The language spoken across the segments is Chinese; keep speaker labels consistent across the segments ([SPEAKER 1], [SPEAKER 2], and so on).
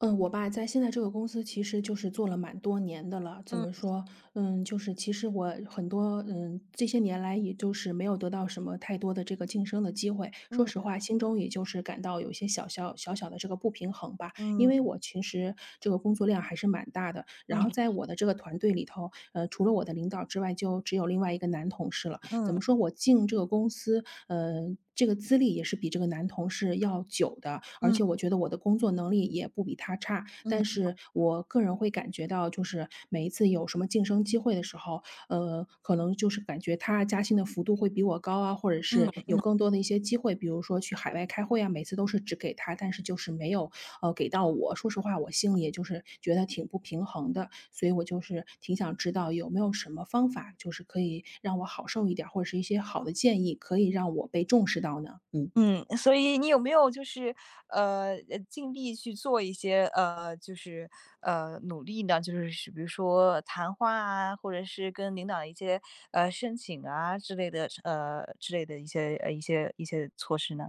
[SPEAKER 1] 嗯，我吧，在现在这个公司其实就是做了蛮多年的了。怎
[SPEAKER 2] 嗯
[SPEAKER 1] 么说？就是其实我很多，这些年来也就是没有得到什么太多的这个晋升的机会。说实
[SPEAKER 2] 嗯
[SPEAKER 1] 话，心中也就是感到有一些小小小小的这个不平衡吧。因
[SPEAKER 2] 嗯
[SPEAKER 1] 为我其实这个工作量还是蛮大的，然后在
[SPEAKER 2] 嗯
[SPEAKER 1] 我的这个团队里头，除了我的领导之外，就只有另外一个男同事了。怎
[SPEAKER 2] 嗯
[SPEAKER 1] 么说？我进这个公司，这个资历也是比这个男同事要久的，而
[SPEAKER 2] 嗯
[SPEAKER 1] 且我觉得我的工作能力也不比他差。但
[SPEAKER 2] 嗯
[SPEAKER 1] 是我个人会感觉到，就是每一次有什么晋升机会的时候，可能就是感觉他加薪的幅度会比我高啊，或者
[SPEAKER 2] 嗯
[SPEAKER 1] 是有
[SPEAKER 2] 嗯
[SPEAKER 1] 更多的一些机会，比如说去海外开会啊，每次都是只给他，但是就是没有给到我。说实话，我心里也就是觉得挺不平衡的，所以我就是挺想知道有没有什么方法，就是可以让我好受一点儿，或者是一些好的建议，可以让我被重视到呢？嗯。
[SPEAKER 2] 嗯，所以你有没有尽力去做一些，努力呢？就是是比如说谈话啊，或者是跟领导一些，申请啊之类的，之类的一些措施呢？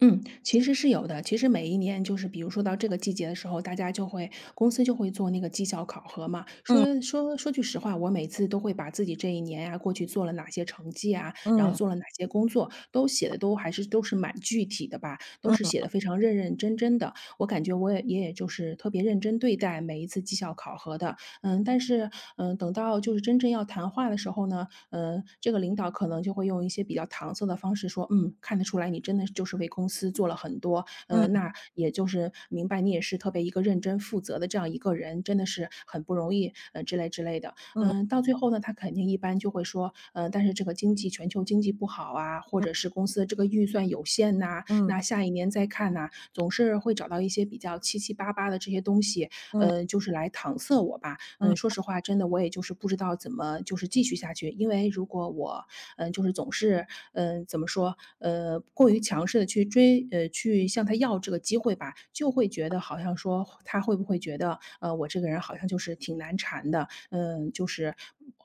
[SPEAKER 1] 嗯，其实是有的。其实每一年就是比如说到这个季节的时候，大家就会公司就会做那个绩效考核嘛。
[SPEAKER 2] 嗯
[SPEAKER 1] 说句实话，我每次都会把自己这一年呀，过去做了哪些成绩啊，然后
[SPEAKER 2] 嗯
[SPEAKER 1] 做了哪些工作，都写的都还是都是蛮具体的吧，都是
[SPEAKER 2] 嗯
[SPEAKER 1] 写的非常认认真真的。我感觉我也就是特别认真对待每一次绩效考核的。但是等到就是真正要谈话的时候呢，这个领导可能就会用一些比较搪塞的方式说：看得出来你真的就是为公司做了很多，
[SPEAKER 2] 嗯
[SPEAKER 1] 那也就是明白你也是特别一个认真负责的这样一个人，真的是很不容易，之类之类的。”
[SPEAKER 2] 嗯
[SPEAKER 1] 嗯，到最后呢，他肯定一般就会说：但是这个经济全球经济不好啊，或者是公司的这个预算有限呐，
[SPEAKER 2] 嗯
[SPEAKER 1] 那下一年再看呐。”总是会找到一些比较七七八八的这些东西，
[SPEAKER 2] 嗯
[SPEAKER 1] 就是来搪塞我吧。说
[SPEAKER 2] 嗯
[SPEAKER 1] 实话，真的我也就是不知道怎么就是继续下去，因为如果我，就是总是，怎么说，过于强势的去追，去向他要这个机会吧，就会觉得好像说他会不会觉得，我这个人好像就是挺难缠的，就是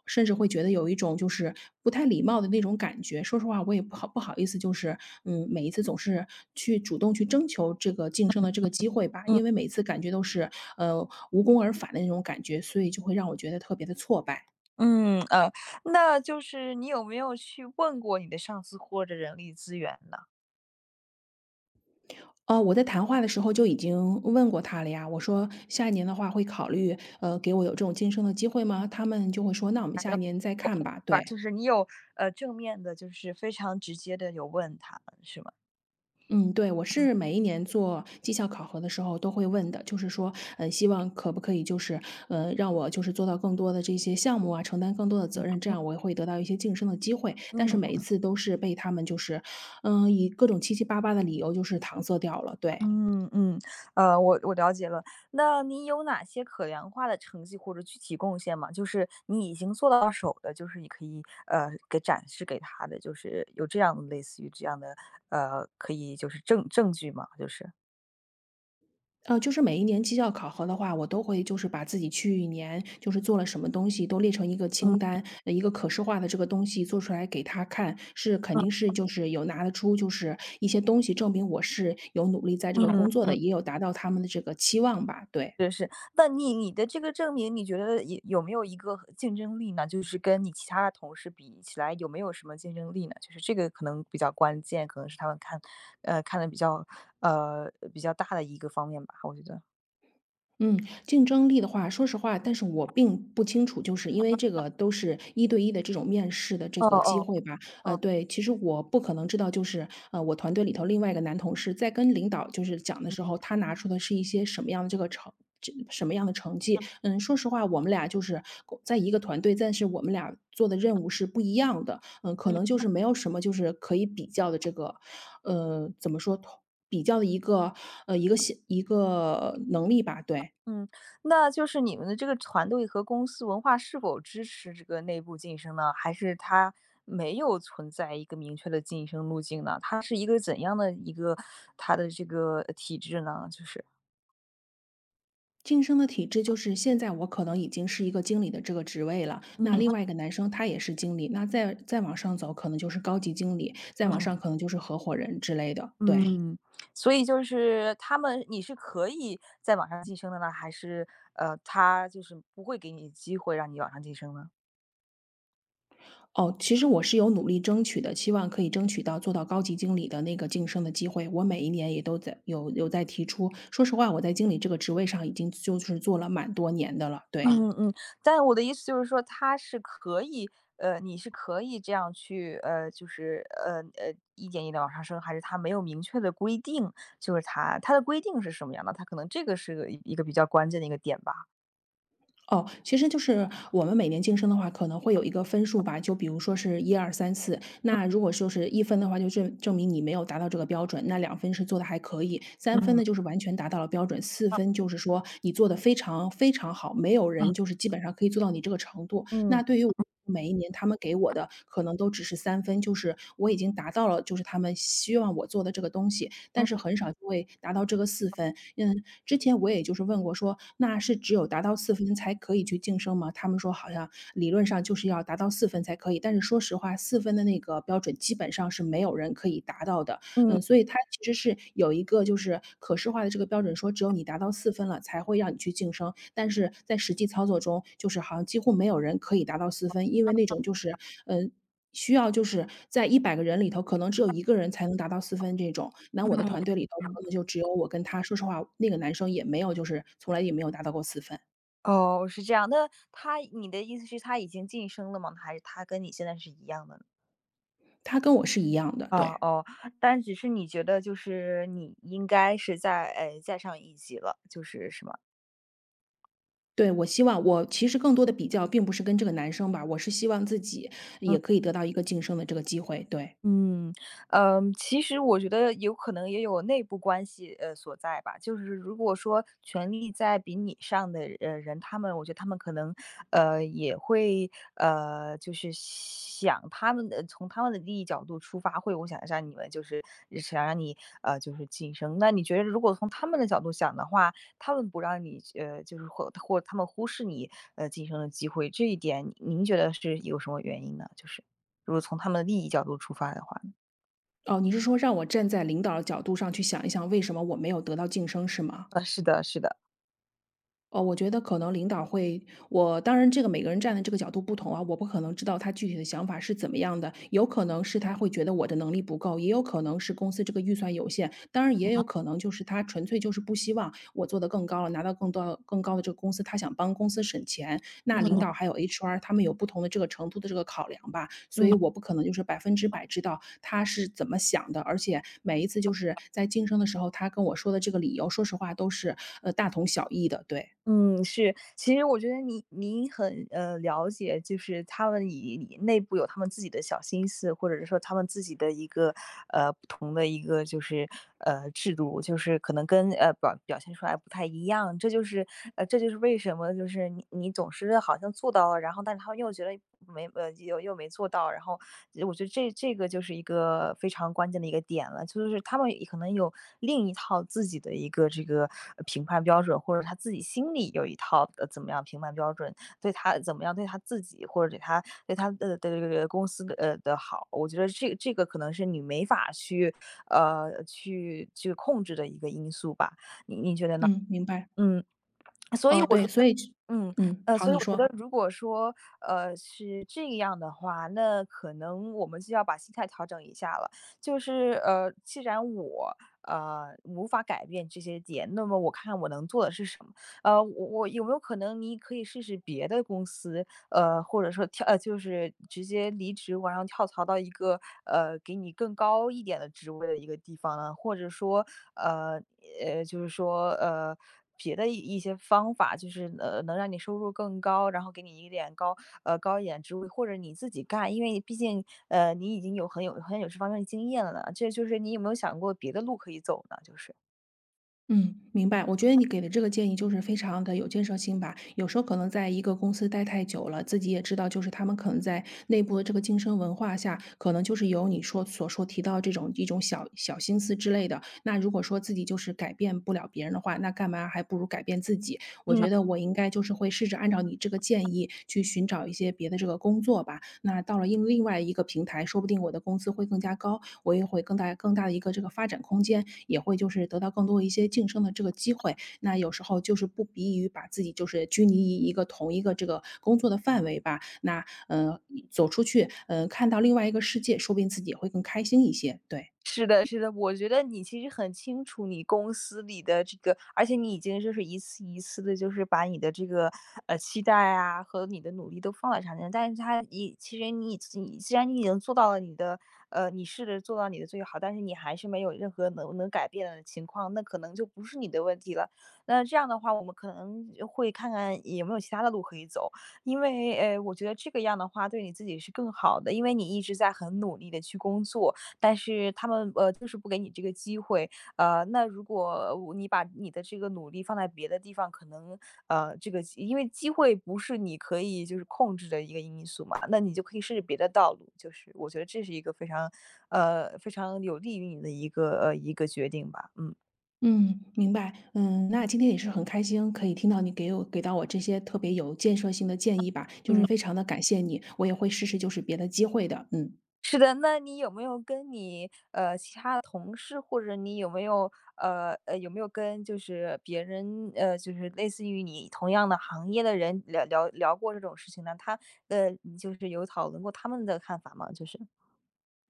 [SPEAKER 1] 甚至会觉得有一种就是不太礼貌的那种感觉。说实话，我也不好意思，就是每一次总是去主动去征求这个晋升的这个机会吧，
[SPEAKER 2] 嗯
[SPEAKER 1] 因为每次感觉都是无功而返的那种感觉，所以就会让我觉得特别的挫败。
[SPEAKER 2] 嗯，那就是你有没有去问过你的上司或者人力资源呢？
[SPEAKER 1] 我在谈话的时候就已经问过他了呀。我说下一年的话会考虑，给我有这种晋升的机会吗？他们就会说，那我们下一年再看吧。
[SPEAKER 2] 吧，
[SPEAKER 1] 对，
[SPEAKER 2] 就是你有，呃，正面的，就是非常直接的有问他们是吗？
[SPEAKER 1] 嗯，对，我是每一年做绩效考核的时候都会问的，就是说，希望可不可以就是，让我就是做到更多的这些项目啊，承担更多的
[SPEAKER 2] 嗯。
[SPEAKER 1] 责任，这样我也会得到一些晋升的机会。但是
[SPEAKER 2] 嗯。
[SPEAKER 1] 每一次都是被他们就是，以各种七七八八的理由就是搪塞掉了。对，
[SPEAKER 2] 嗯嗯，我了解了。那你有哪些可量化的成绩或者具体贡献吗？就是你已经做到手的，就是你可以，给展示给他的，就是有这样的，类似于这样的，可以就是证据吗？就是？
[SPEAKER 1] 就是每一年绩效考核的话，我都会就是把自己去年就是做了什么东西都列成一个清
[SPEAKER 2] 嗯
[SPEAKER 1] 单，一个可视化的这个东西做出来给他看，是肯
[SPEAKER 2] 嗯
[SPEAKER 1] 定
[SPEAKER 2] 嗯。
[SPEAKER 1] 是就是有拿得出就是一些东西证明我是有努力在这个
[SPEAKER 2] 嗯。
[SPEAKER 1] 工作的，也有达到他们的这个期望吧，对。
[SPEAKER 2] 那你的这个证明，你觉得有没有一个竞争力呢？就是跟你其他的同事比起来，有没有什么竞争力呢？就是这个可能比较关键，可能是他们看，看的比较，比较大的一个方面吧，我觉得。
[SPEAKER 1] 嗯，竞争力的话，说实话，但是我并不清楚，就是因为这个都是一对一的这种面试的这
[SPEAKER 2] 哦
[SPEAKER 1] 个机
[SPEAKER 2] 哦
[SPEAKER 1] 会吧。
[SPEAKER 2] 哦，
[SPEAKER 1] 对，其实我不可能知道，就是我团队里头另外一个男同事在跟领导就是讲的时
[SPEAKER 2] 嗯
[SPEAKER 1] 候，他拿出的是一些什么样的这个成。这什么样的成绩？嗯，说实话，我们俩就是在一个团队，但是我们俩做的任务是不一样的。嗯，可
[SPEAKER 2] 嗯
[SPEAKER 1] 能就是没有什么就是可以比较的这个，怎么说，比较的呃一个一个能力吧。对，
[SPEAKER 2] 嗯，那就是你们的这个团队和公司文化是否支持这个内部晋升呢？还是它没有存在一个明确的晋升路径呢？它是一个怎样的一个它的这个体制呢？就是，
[SPEAKER 1] 晋升的体制就是现在我可能已经是一个经理的这个职位了，那
[SPEAKER 2] 嗯。
[SPEAKER 1] 另外一个男生他也是经理，那再再往上走可能就是高级经理，再往
[SPEAKER 2] 嗯
[SPEAKER 1] 上可能就是合伙人之类的。对，
[SPEAKER 2] 嗯，所以就是他们你是可以在网上晋升的呢，还是，他就是不会给你机会让你往上晋升呢？
[SPEAKER 1] 哦，其实我是有努力争取的，希望可以争取到做到高级经理的那个晋升的机会。我每一年也都在有在提出，说实话，我在经理这个职位上已经就是做了蛮多年的了。对，
[SPEAKER 2] 嗯嗯，但我的意思就是说他是可以你是可以这样去一点一点往上升，还是他没有明确的规定？就是他的规定是什么样的？他可能这个是个一个比较关键的一个点吧。
[SPEAKER 1] 哦，其实就是我们每年晋升的话，可能会有一个分数吧，就比如说是一二三四，那如果说是一分的话，就证明你没有达到这个标准，那两分是做的还可以三分
[SPEAKER 2] 嗯，
[SPEAKER 1] 呢就是完全达到了标准四分就是说你做的非常非常好，没有人就是基本上可以做到你这个程度。
[SPEAKER 2] 嗯
[SPEAKER 1] 那对于每一年他们给我的可能都只是三分，就是我已经达到了就是他们希望我做的这个东西，但
[SPEAKER 2] 嗯
[SPEAKER 1] 是很少就会达到这个四分。嗯，之前我也就是问过说，那是只有达到四分才可以去晋升吗？他们说好像理论上就是要达到四分才可以，但是说实话四分的那个标准基本上是没有人可以达到的。
[SPEAKER 2] 嗯
[SPEAKER 1] 所以它其实是有一个就是可视化的这个标准，说只有你达到四分了才会让你去晋升，但是在实际操作中，就是好像几乎没有人可以达到四分，因为那种就是，嗯，需要就是在一百个人里头，可能只有一个人才能达到四分这种。那我的团队里头
[SPEAKER 2] 嗯。
[SPEAKER 1] 可能就只有我跟他，说实话，那个男生也没有就是从来也没有达到过四分，
[SPEAKER 2] 哦，是这样。那他你的意思是他已经晋升了吗？还是他跟你现在是一样的呢？
[SPEAKER 1] 他跟我是一样的，
[SPEAKER 2] 哦
[SPEAKER 1] 对。
[SPEAKER 2] 哦，但只是你觉得就是你应该是在，哎，再上一级了，就是是吗？
[SPEAKER 1] 对，我希望我其实更多的比较并不是跟这个男生吧，我是希望自己也可以得到一个晋升的这个机会，对。
[SPEAKER 2] 嗯，嗯，其实我觉得有可能也有内部关系，所在吧。就是如果说权力在比你上的人，他们，我觉得他们可能，就是想他们的从他们的利益角度出发，会我想让你们就是想让你就是晋升。那你觉得如果从他们的角度想的话，他们不让你就是他们忽视你晋升的机会，这一点您觉得是有什么原因呢？就是。如果从他们的利益角度出发的话，
[SPEAKER 1] 哦，你是说让我站在领导的角度上去想一想，为什么我没有得到晋升是吗？
[SPEAKER 2] 是的，是的，
[SPEAKER 1] 哦，我觉得可能领导会我当然这个每个人站的这个角度不同啊，我不可能知道他具体的想法是怎么样的，有可能是他会觉得我的能力不够，也有可能是公司这个预算有限，当然也有可能就是他纯粹就是不希望我做得更高了，拿到更多更高的这个公司，他想帮公司省钱。那领
[SPEAKER 2] 嗯。
[SPEAKER 1] 导还有 HR 他们有不同的这个程度的这个考量吧，所
[SPEAKER 2] 嗯
[SPEAKER 1] 以我不可能就是百分之百知道他是怎么想的，而且每一次就是在晋升的时候，他跟我说的这个理由，说实话都是大同小异的，对。
[SPEAKER 2] 嗯，是，其实我觉得您很了解，就是他们以内部有他们自己的小心思，或者是说他们自己的一个不同的一个就是制度，就是可能跟表现出来不太一样，这就是为什么就是你总是好像做到了，然后但是他们又觉得没呃又又没做到，然后我觉得这个就是一个非常关键的一个点了，就是他们也可能有另一套自己的一个这个评判标准，或者他自己心里有一套怎么样评判标准，对他怎么样对他自己或者对他对他的这个公司的的好，我觉得这个可能是你没法去去控制的一个因素吧。
[SPEAKER 1] 嗯，明白。
[SPEAKER 2] 嗯，所以
[SPEAKER 1] 哦，
[SPEAKER 2] 我觉
[SPEAKER 1] 对，所
[SPEAKER 2] 得
[SPEAKER 1] 以
[SPEAKER 2] 嗯，
[SPEAKER 1] 好，
[SPEAKER 2] 所以
[SPEAKER 1] 你
[SPEAKER 2] 我觉得
[SPEAKER 1] 说。
[SPEAKER 2] 如果说，是这样的话，那可能我们就要把心态调整一下了。就是，既然我，无法改变这些点，那么我看我能做的是什么。我有没有可能你可以试试别的公司，或者说跳，就是直接离职，然后跳槽到一个，给你更高一点的职位的一个地方呢？或者说，呃呃，就是说呃别的一些方法，就是能让你收入更高，然后给你一点高一点职位，或者你自己干，因为毕竟你已经有这方面的经验了，呢。这就是你有没有想过别的路可以走呢？就是。
[SPEAKER 1] 嗯，明白。我觉得你给的这个建议就是非常的有建设性吧。有时候可能在一个公司待太久了，自己也知道就是他们可能在内部的这个晋升文化下，可能就是有你说所说提到这种一种小小心思之类的。那如果说自己就是改变不了别人的话，那干嘛还不如改变自己。我觉得我应该就是会试着按照你这个建议去寻找一些别的这个工作吧。那到了另另外一个平台，说不定我的工资会更加高，我也会更大更大的一个这个发展空间，也会就是得到更多一些晋升的这个机会。那有时候就是不比于把自己就是拘泥于一个同一个这个工作的范围吧。那走出去，看到另外一个世界，说不定自己也会更开心一些。对。
[SPEAKER 2] 是的是的，我觉得你其实很清楚你公司里的这个而且你已经就是一次一次的，就是把你的这个，期待啊，和你的努力都放在上面，但是他已其实你既然你已经做到了你的你试着做到你的最好，但是你还是没有任何能改变的情况，那可能就不是你的问题了。那这样的话，我们可能会看看有没有其他的路可以走，因为，我觉得这个样的话对你自己是更好的，因为你一直在很努力的去工作，但是他们，就是不给你这个机会。那如果我你把你的这个努力放在别的地方，可能，呃，这个机因为机会不是你可以就是控制的一个因素嘛，那你就可以试试别的道路，就是我觉得这是一个非常，非常有利于你的一个，一个决定吧，嗯。
[SPEAKER 1] 嗯，明白，那今天也是很开心，可以听到你给我给到我这些特别有建设性的建议吧，就是
[SPEAKER 2] 嗯。
[SPEAKER 1] 非常的感谢你，我也会试试就是别的机会的。
[SPEAKER 2] 是的，那你有没有跟你，其他的同事，或者你有没有，有没有跟就是别人，就是类似于你同样的行业的人聊过这种事情呢？他，你就是有讨论过他们的看法吗？就是，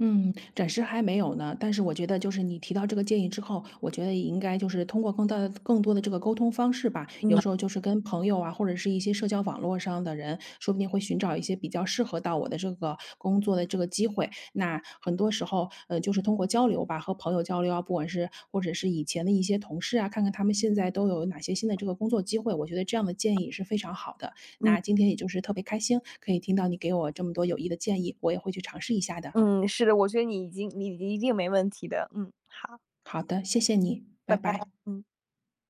[SPEAKER 1] 嗯，暂时还没有呢。但是我觉得，就是你提到这个建议之后，我觉得也应该就是通过更大、更多的这个沟通方式吧。有
[SPEAKER 2] 嗯
[SPEAKER 1] 时候就是跟朋友啊，或者是一些社交网络上的人，说不定会寻找一些比较适合到我的这个工作的这个机会。那很多时候，就是通过交流吧，和朋友交流啊，不管是或者是以前的一些同事啊，看看他们现在都有哪些新的这个工作机会。我觉得这样的建议是非常好的。
[SPEAKER 2] 嗯
[SPEAKER 1] 那今天也就是特别开心，可以听到你给我这么多有益的建议，我也会去尝试一下的。
[SPEAKER 2] 嗯，是的，我觉得你已经你一定没问题的，嗯，好，
[SPEAKER 1] 好的，谢谢你，
[SPEAKER 2] 拜
[SPEAKER 1] 拜
[SPEAKER 2] 拜，
[SPEAKER 1] 拜。
[SPEAKER 2] 嗯。